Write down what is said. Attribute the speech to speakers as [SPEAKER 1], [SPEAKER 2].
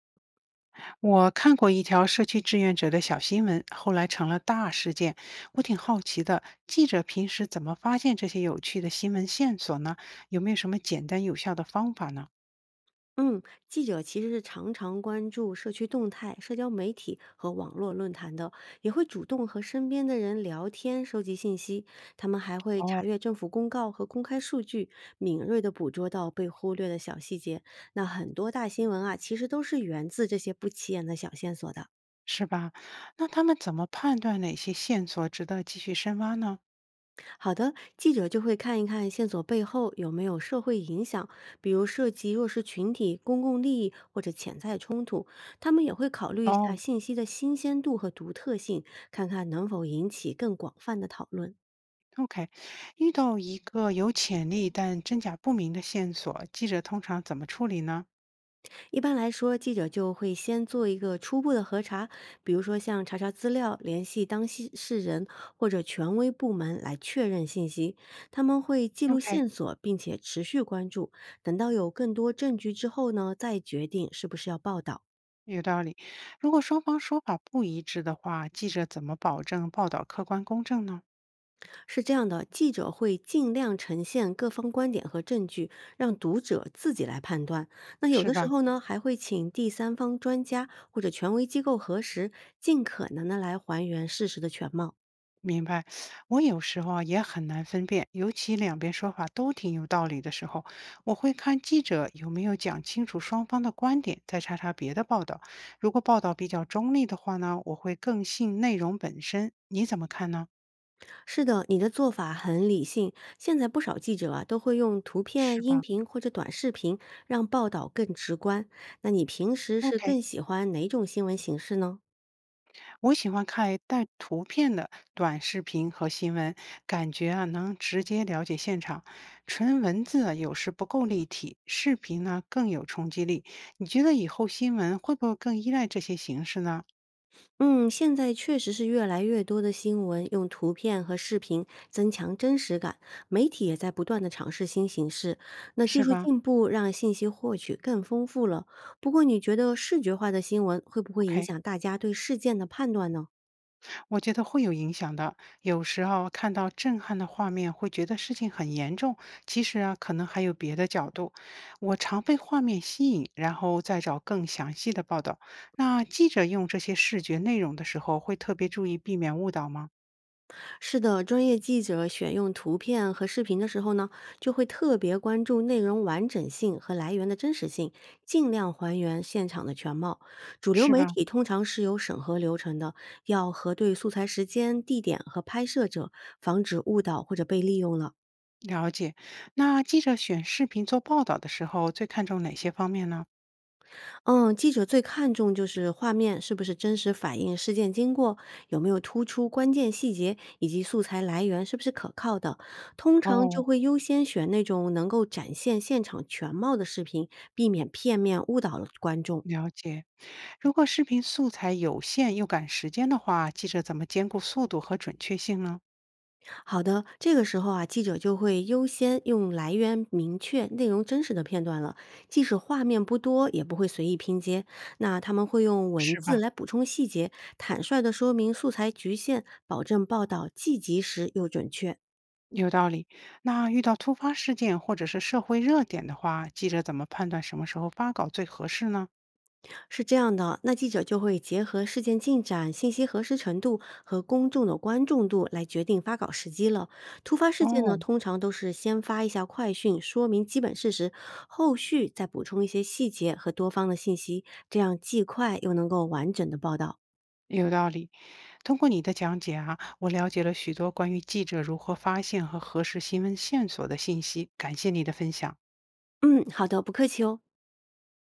[SPEAKER 1] 我看过一条社区志愿者的小新闻，后来成了大事件。我挺好奇的，记者平时怎么发现这些有趣的新闻线索呢？有没有什么简单有效的方法呢？
[SPEAKER 2] 嗯，记者其实是常常关注社区动态、社交媒体和网络论坛的，也会主动和身边的人聊天、收集信息。他们还会
[SPEAKER 1] 哦。
[SPEAKER 2] 查阅政府公告和公开数据，敏锐地捕捉到被忽略的小细节。那很多大新闻啊，其实都是源自这些不起眼的小线索的。
[SPEAKER 1] 是吧？那他们怎么判断哪些线索值得继续深挖呢？
[SPEAKER 2] 好的，记者就会看一看线索背后有没有社会影响，比如涉及弱势群体、公共利益或者潜在冲突。他们也会考虑一下
[SPEAKER 1] 哦，
[SPEAKER 2] 信息的新鲜度和独特性，看看能否引起更广泛的讨论。
[SPEAKER 1] ？OK，遇到一个有潜力但真假不明的线索，记者通常怎么处理呢
[SPEAKER 2] 一般来说，记者就会先做一个初步的核查，比如说像查查资料、联系当事人或者权威部门来确认信息。他们会记录
[SPEAKER 1] ？OK，
[SPEAKER 2] 线索，并且持续关注，等到有更多证据之后呢，再决定是不是要报道。
[SPEAKER 1] 有道理。如果双方说法不一致的话，记者怎么保证报道客观公正呢？
[SPEAKER 2] 是这样的，记者会尽量呈现各方观点和证据，让读者自己来判断。那有
[SPEAKER 1] 是
[SPEAKER 2] 的时
[SPEAKER 1] 吧？
[SPEAKER 2] 候呢，还会请第三方专家或者权威机构核实，尽可能的来还原事实的全貌。
[SPEAKER 1] 明白。我有时候啊也很难分辨，尤其两边说法都挺有道理的时候，我会看记者有没有讲清楚双方的观点，再查查别的报道。如果报道比较中立的话呢，我会更信内容本身。你怎么看呢？
[SPEAKER 2] 是的，你的做法很理性。现在不少记者啊，都会用图片、
[SPEAKER 1] 是
[SPEAKER 2] 音
[SPEAKER 1] 吧
[SPEAKER 2] 频或者短视频，让报道更直观。那你平时是
[SPEAKER 1] ？OK。
[SPEAKER 2] 更喜欢哪种新闻形式呢？
[SPEAKER 1] 我喜欢看带图片的短视频和新闻，感觉啊能直接了解现场。纯文字啊有时不够立体，视频呢更有冲击力。你觉得以后新闻会不会更依赖这些形式呢？
[SPEAKER 2] 嗯，现在确实是越来越多的新闻用图片和视频增强真实感，媒体也在不断的尝试新形式。那技
[SPEAKER 1] 是
[SPEAKER 2] 术
[SPEAKER 1] 吧
[SPEAKER 2] 进步让信息获取更丰富了。不过，你觉得视觉化的新闻会不会影
[SPEAKER 1] ？OK，
[SPEAKER 2] 响大家对事件的判断呢？
[SPEAKER 1] 我觉得会有影响的。有时候看到震撼的画面，会觉得事情很严重，其实啊，可能还有别的角度。我常被画面吸引，然后再找更详细的报道。那记者用这些视觉内容的时候，会特别注意避免误导吗？
[SPEAKER 2] 是的，专业记者选用图片和视频的时候呢，就会特别关注内容完整性和来源的真实性，尽量还原现场的全貌。主流
[SPEAKER 1] 是
[SPEAKER 2] 媒
[SPEAKER 1] 吧？
[SPEAKER 2] 体通常是有审核流程的，要核对素材时间、地点和拍摄者，防止误导或者被利用了。
[SPEAKER 1] 了解。那记者选视频做报道的时候，最看重哪些方面呢？
[SPEAKER 2] 嗯，记者最看重就是画面是不是真实反映事件经过，有没有突出关键细节，以及素材来源是不是可靠的。通常就
[SPEAKER 1] 哦，
[SPEAKER 2] 会优先选那种能够展现现场全貌的视频，避免片面误导了观众。
[SPEAKER 1] 了解。如果视频素材有限又赶时间的话，记者怎么兼顾速度和准确性呢？
[SPEAKER 2] 好的，这个时候啊，记者就会优先用来源明确、内容真实的片段了，即使画面不多，也不会随意拼接。那他们会用文
[SPEAKER 1] 是
[SPEAKER 2] 字
[SPEAKER 1] 吧？
[SPEAKER 2] 来补充细节，坦率地说明素材局限，保证报道既及时又准确。
[SPEAKER 1] 有道理。那遇到突发事件或者是社会热点的话，记者怎么判断什么时候发稿最合适呢？
[SPEAKER 2] 是这样的，那记者就会结合事件进展、信息核实程度和公众的关注度来决定发稿时机了。突发事件呢，
[SPEAKER 1] 哦，
[SPEAKER 2] 通常都是先发一下快讯，说明基本事实，后续再补充一些细节和多方的信息，这样既快又能够完整的报道。
[SPEAKER 1] 有道理。通过你的讲解啊，我了解了许多关于记者如何发现和核实新闻线索的信息。感谢你的分享。
[SPEAKER 2] 嗯，好的，不客气哦。